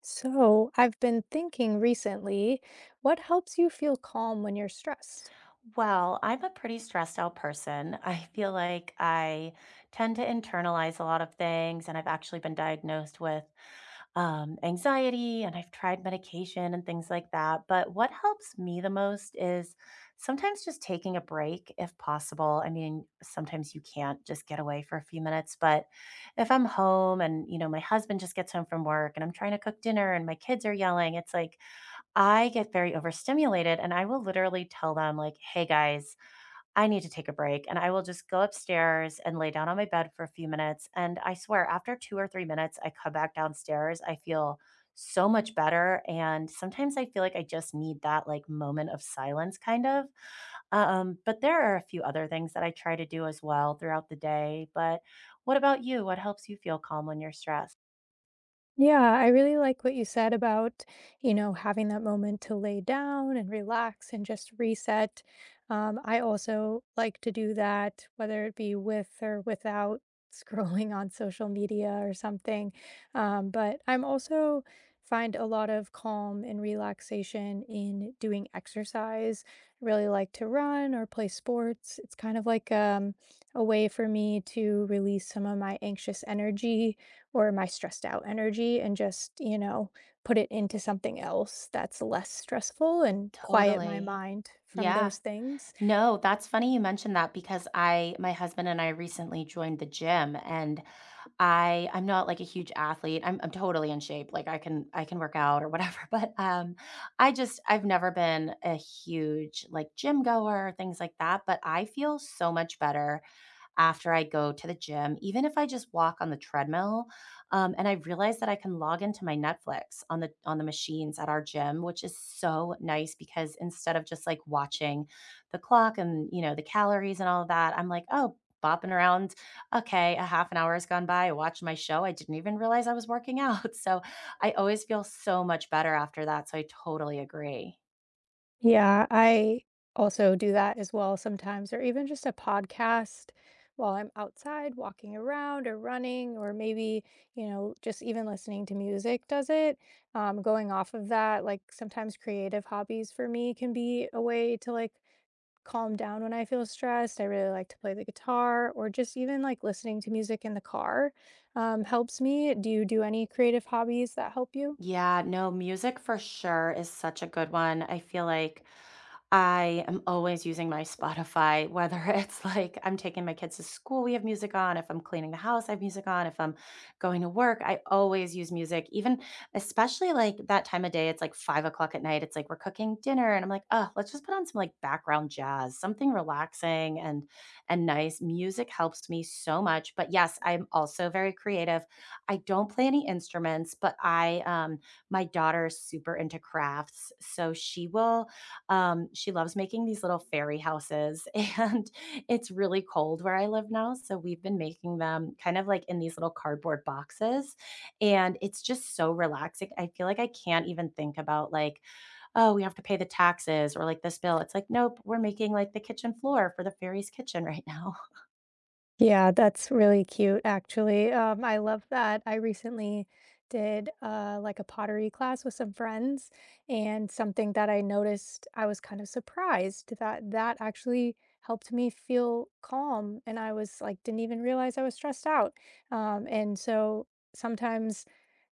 So, I've been thinking recently, what helps you feel calm when you're stressed? Well, I'm a pretty stressed out person. I feel like I tend to internalize a lot of things, and I've actually been diagnosed with anxiety, and I've tried medication and things like that. But what helps me the most is sometimes just taking a break if possible. I mean, sometimes you can't just get away for a few minutes, but if I'm home and, you know, my husband just gets home from work and I'm trying to cook dinner and my kids are yelling, it's like, I get very overstimulated and I will literally tell them like, "Hey guys, I need to take a break." And I will just go upstairs and lay down on my bed for a few minutes, and I swear after 2 or 3 minutes, I come back downstairs, I feel so much better, and sometimes I feel like I just need that like moment of silence kind of. But there are a few other things that I try to do as well throughout the day, but what about you? What helps you feel calm when you're stressed? Yeah, I really like what you said about, you know, having that moment to lay down and relax and just reset. I also like to do that, whether it be with or without scrolling on social media or something. But I'm also find a lot of calm and relaxation in doing exercise. I really like to run or play sports. It's kind of like a way for me to release some of my anxious energy or my stressed out energy and just, you know, put it into something else that's less stressful and quiet my Totally. mind from Yeah. those things. No, that's funny you mentioned that because I my husband and I recently joined the gym and I'm not like a huge athlete. I'm totally in shape. Like I can work out or whatever, but I've never been a huge like gym goer, things like that, but I feel so much better after I go to the gym, even if I just walk on the treadmill, and I realize that I can log into my Netflix on the machines at our gym, which is so nice because instead of just like watching the clock and you know the calories and all of that, I'm like, oh, bopping around. Okay, a half an hour has gone by. I watched my show. I didn't even realize I was working out. So I always feel so much better after that. So I totally agree. Yeah, I also do that as well sometimes, or even just a podcast while I'm outside walking around or running, or maybe, you know, just even listening to music does it. Going off of that, like sometimes creative hobbies for me can be a way to like calm down when I feel stressed. I really like to play the guitar or just even like listening to music in the car helps me. Do you do any creative hobbies that help you? Yeah, no, music for sure is such a good one. I feel like I am always using my Spotify, whether it's like I'm taking my kids to school, we have music on. If I'm cleaning the house, I have music on. If I'm going to work, I always use music, even especially like that time of day. It's like 5 o'clock at night. It's like we're cooking dinner. And I'm like, oh, let's just put on some like background jazz, something relaxing and nice. Music helps me so much. But yes, I'm also very creative. I don't play any instruments, but I my daughter's super into crafts. So she will she loves making these little fairy houses, and it's really cold where I live now, so we've been making them kind of like in these little cardboard boxes, and it's just so relaxing. I feel like I can't even think about like, "Oh, we have to pay the taxes," or like, "This bill." It's like, "Nope, we're making, like, the kitchen floor for the fairy's kitchen right now." Yeah, that's really cute, actually. I love that. I recently did like a pottery class with some friends, and something that I noticed, I was kind of surprised that that actually helped me feel calm. And I was like, didn't even realize I was stressed out. And so sometimes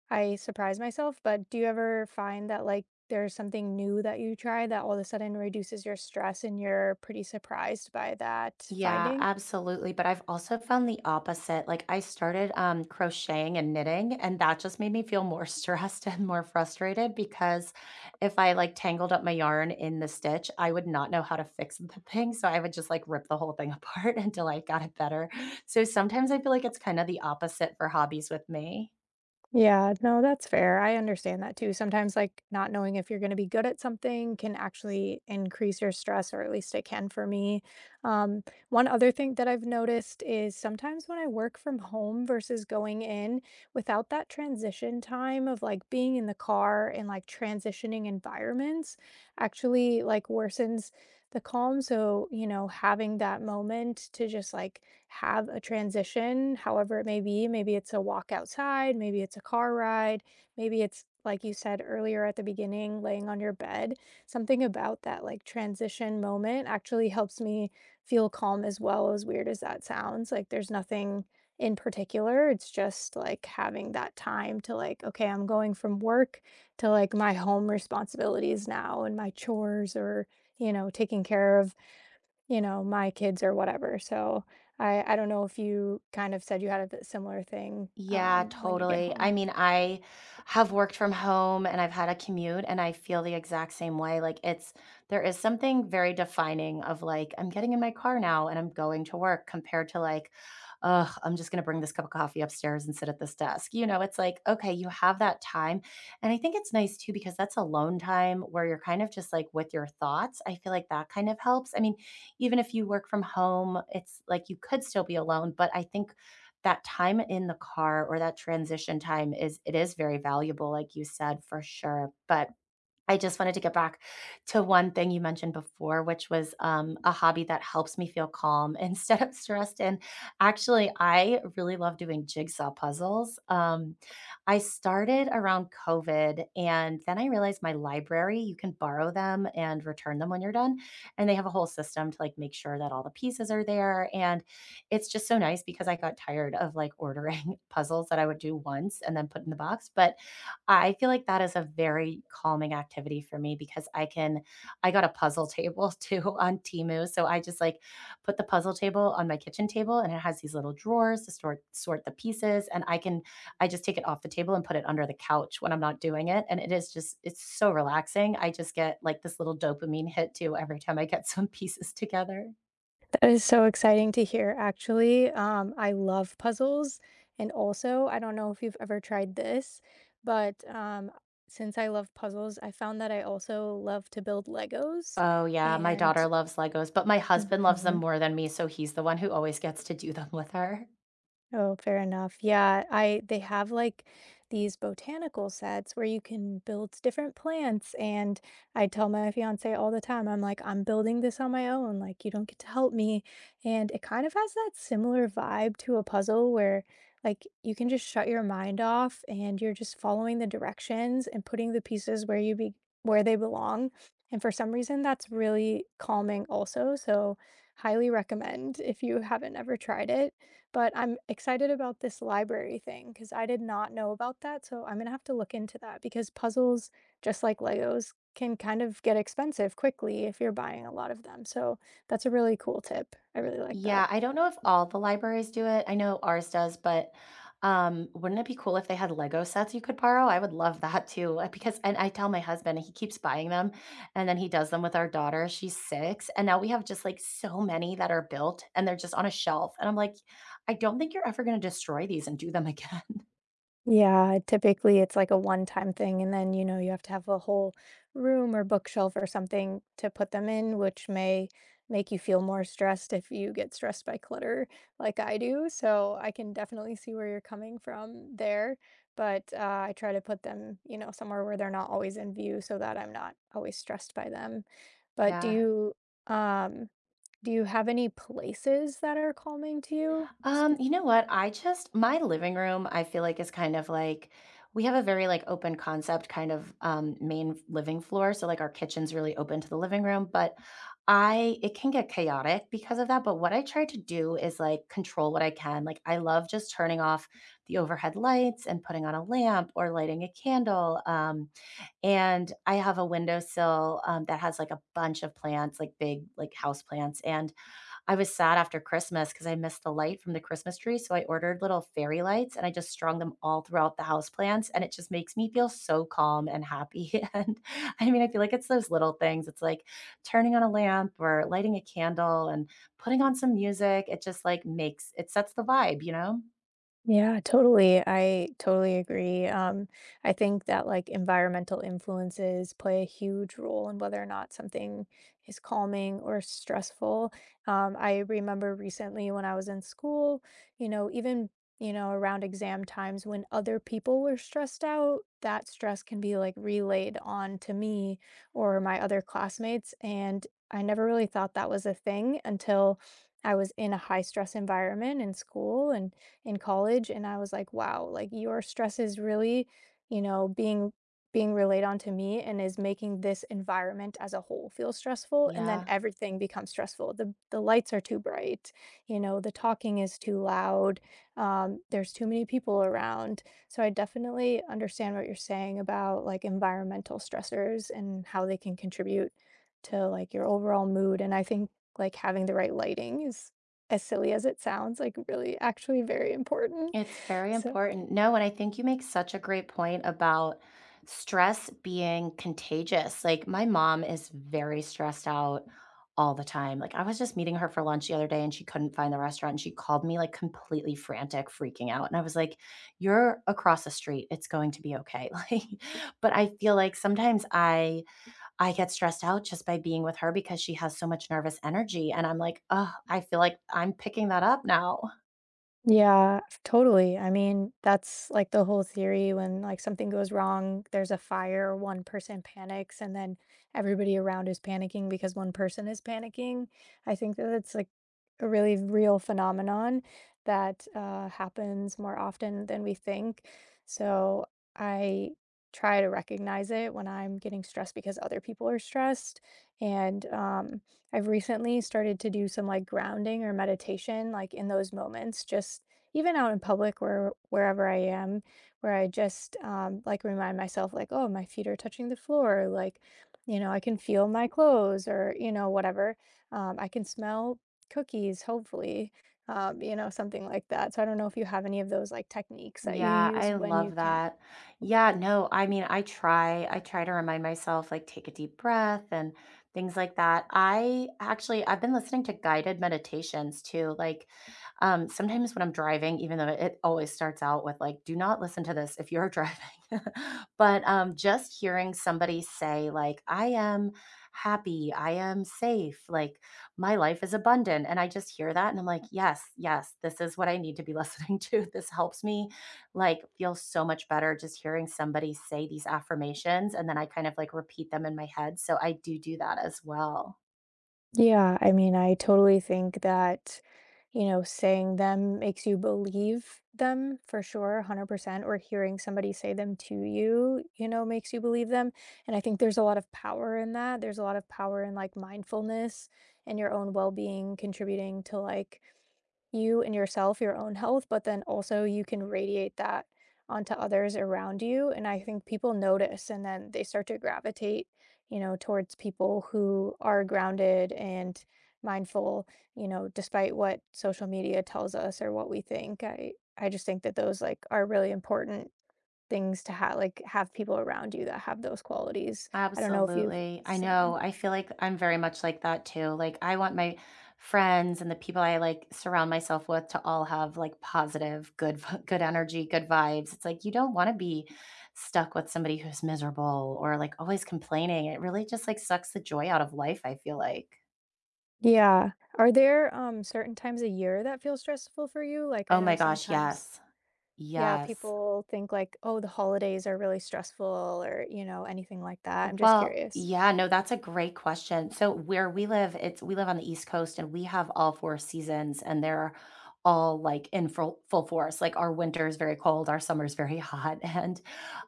I surprise myself, but do you ever find that, like, there's something new that you try that all of a sudden reduces your stress and you're pretty surprised by that Yeah, finding? absolutely. But I've also found the opposite. Like I started crocheting and knitting, and that just made me feel more stressed and more frustrated because if I like tangled up my yarn in the stitch, I would not know how to fix the thing. So I would just like rip the whole thing apart until I got it better. So sometimes I feel like it's kind of the opposite for hobbies with me. Yeah, no, that's fair. I understand that too. Sometimes, like, not knowing if you're going to be good at something can actually increase your stress, or at least it can for me. Um, One other thing that I've noticed is sometimes when I work from home versus going in, without that transition time of like being in the car and like transitioning environments, actually like worsens the calm. So, you know, having that moment to just like have a transition, however it may be. Maybe it's a walk outside, maybe it's a car ride, maybe it's like you said earlier at the beginning, laying on your bed. Something about that like transition moment actually helps me feel calm as well, as weird as that sounds. Like there's nothing in particular. It's just like having that time to like, okay, I'm going from work to like my home responsibilities now and my chores or, you know, taking care of you know, my kids or whatever. So I don't know if you kind of said you had a similar thing Yeah, when you get totally. I home. mean, I have worked from home and I've had a commute and I feel the exact same way. Like it's there is something very defining of like I'm getting in my car now and I'm going to work compared to like, oh, I'm just gonna bring this cup of coffee upstairs and sit at this desk. You know, it's like, okay, you have that time. And I think it's nice too because that's alone time where you're kind of just like with your thoughts. I feel like that kind of helps. I mean, even if you work from home, it's like you could still be alone, but I think that time in the car or that transition time is it is very valuable, like you said, for sure. But I just wanted to get back to one thing you mentioned before, which was a hobby that helps me feel calm instead of stressed. And actually, I really love doing jigsaw puzzles. I started around COVID, and then I realized my library, you can borrow them and return them when you're done. And they have a whole system to like make sure that all the pieces are there. And it's just so nice because I got tired of like ordering puzzles that I would do once and then put in the box. But I feel like that is a very calming activity for me because I got a puzzle table too on Temu, so I just, like, put the puzzle table on my kitchen table, and it has these little drawers to sort the pieces, and I just take it off the table and put it under the couch when I'm not doing it, and it is just it's so relaxing. I just get, like, this little dopamine hit too every time I get some pieces together. That is so exciting to hear, actually. I love puzzles. And also, I don't know if you've ever tried this, but since I love puzzles, I found that I also love to build Legos. Oh, yeah, my And daughter loves Legos, but my husband loves them mhm. more than me, so he's the one who always gets to do them with her. Oh, fair enough. Yeah, I they have like these botanical sets where you can build different plants and I tell my fiance all the time, I'm like, I'm building this on my own, like you don't get to help me. And it kind of has that similar vibe to a puzzle where like you can just shut your mind off and you're just following the directions and putting the pieces where you be where they belong. And for some reason that's really calming also. So highly recommend if you haven't ever tried it. But I'm excited about this library thing because I did not know about that, so I'm gonna have to look into that because puzzles, just like Legos, can kind of get expensive quickly if you're buying a lot of them, so that's a really cool tip. I really like Yeah, that. I don't know if all the libraries do it. I know ours does, but wouldn't it be cool if they had Lego sets you could borrow? I would love that too. Because, and I tell my husband, and he keeps buying them, and then he does them with our daughter. She's six, and now we have just like so many that are built, and they're just on a shelf. And I'm like, I don't think you're ever going to destroy these and do them again. Yeah, typically it's like a one-time thing, and then, you know, you have to have a whole room or bookshelf or something to put them in, which may make you feel more stressed if you get stressed by clutter like I do. So I can definitely see where you're coming from there. But I try to put them, you know, somewhere where they're not always in view so that I'm not always stressed by them. But Yeah. Um, do you have any places that are calming to you? You know what? I just my living room, I feel like is kind of like we have a very like open concept kind of main living floor, so like our kitchen's really open to the living room, but I it can get chaotic because of that, but what I try to do is like control what I can. Like I love just turning off the overhead lights and putting on a lamp or lighting a candle. And I have a windowsill that has like a bunch of plants, like big like house plants and I was sad after Christmas because I missed the light from the Christmas tree. So I ordered little fairy lights and I just strung them all throughout the houseplants. And it just makes me feel so calm and happy. And I mean, I feel like it's those little things. It's like turning on a lamp or lighting a candle and putting on some music. It just like makes it sets the vibe, you know? Yeah, totally. I totally agree. I think that like environmental influences play a huge role in whether or not something is calming or stressful. I remember recently when I was in school, you know, even, you know, around exam times when other people were stressed out, that stress can be like relayed on to me or my other classmates. And I never really thought that was a thing until I was in a high stress environment in school and in college and I was like, "Wow, like your stress is really, you know, being relayed onto me and is making this environment as a whole feel stressful and then Yeah. everything becomes stressful. The lights are too bright, you know, the talking is too loud, there's too many people around." So I definitely understand what you're saying about like environmental stressors and how they can contribute to like your overall mood and I think like having the right lighting is as silly as it sounds, like, really actually very important, It's very so important. No, and I think you make such a great point about stress being contagious. Like, my mom is very stressed out all the time. Like, I was just meeting her for lunch the other day and she couldn't find the restaurant and she called me like completely frantic, freaking out. And I was like, "You're across the street. It's going to be okay." Like, but I feel like sometimes I get stressed out just by being with her because she has so much nervous energy and I'm like, "Oh, I feel like I'm picking that up now." yeah, totally, I mean, that's, like, the whole theory when, like, something goes wrong, there's a fire, one person panics, and then everybody around is panicking because one person is panicking. I think that it's, like, a really real phenomenon that, happens more often than we think, so I try to recognize it when I'm getting stressed because other people are stressed, and, I've recently started to do some like grounding or meditation, like in those moments, just even out in public where wherever I am, where I just like remind myself, like, oh, my feet are touching the floor, like, you know, I can feel my clothes, or you know, whatever. I can smell cookies, hopefully, you know, something like that. So I don't know if you have any of those like techniques that you Yeah, I use when you love can't. that. Yeah, no, I mean, I try. I try to remind myself, like, take a deep breath and things like that. I actually, I've been listening to guided meditations too. Like, sometimes when I'm driving, even though it always starts out with, like, do not listen to this if you're driving. But just hearing somebody say, like, I am happy, I am safe, like, my life is abundant. And I just hear that and I'm like, yes, yes, this is what I need to be listening to. This helps me like feels so much better just hearing somebody say these affirmations and then I kind of like repeat them in my head. So I do do that as well. Yeah, I mean, I totally think that you know, saying them makes you believe them for sure, 100%, or hearing somebody say them to you, you know, makes you believe them. And I think there's a lot of power in that. There's a lot of power in like mindfulness and your own well being contributing to like you and yourself, your own health, but then also you can radiate that onto others around you. And I think people notice and then they start to gravitate, you know, towards people who are grounded and mindful you know, despite what social media tells us or what we think, I just think that those, like, are really important things to have like, have people around you that have those qualities. I don't know if you feel Absolutely. I similar. know. I feel like I'm very much like that too. Like I want my friends and the people I like surround myself with to all have like positive, good energy, good vibes. It's like you don't want to be stuck with somebody who's miserable or like always complaining. It really just like sucks the joy out of life, I feel like. Yeah. Are there, certain times a year that feel stressful for you? Like, Oh I my know gosh, sometimes yes. yeah, Yes. people think like, "Oh, the holidays are really stressful," or, you know, anything like that. I'm just Well, curious. yeah, no, that's a great question. So where we live, it's we live on the East Coast and we have all four seasons and they're all like in full, full force. Like our winter is very cold, our summer is very hot. And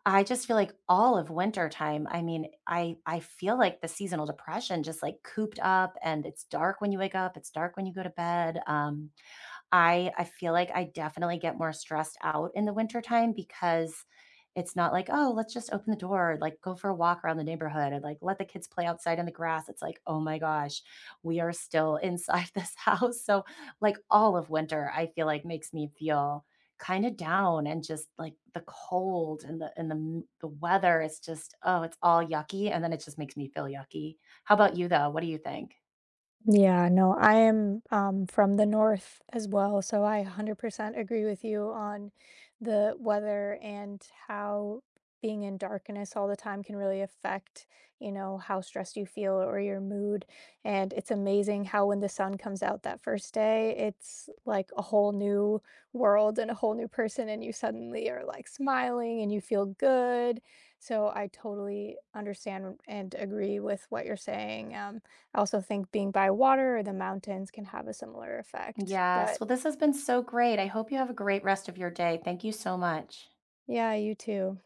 I just feel like all of winter time, I mean, I feel like the seasonal depression just like cooped up and it's dark when you wake up, it's dark when you go to bed. I feel like I definitely get more stressed out in the wintertime because it's not like, "Oh, let's just open the door, like, go for a walk around the neighborhood and, like, let the kids play outside in the grass." It's like, "Oh my gosh, we are still inside this house." So, like, all of winter, I feel like makes me feel kind of down and just like the cold and the weather is just, oh, it's all yucky and then it just makes me feel yucky. How about you though? What do you think? Yeah, no, I am from the north as well, so I 100% agree with you on the weather and how being in darkness all the time can really affect, you know, how stressed you feel or your mood. And it's amazing how when the sun comes out that first day, it's like a whole new world and a whole new person, and you suddenly are like smiling and you feel good. So I totally understand and agree with what you're saying. I also think being by water or the mountains can have a similar effect. Yes. But Well, this has been so great. I hope you have a great rest of your day. Thank you so much. yeah, you too.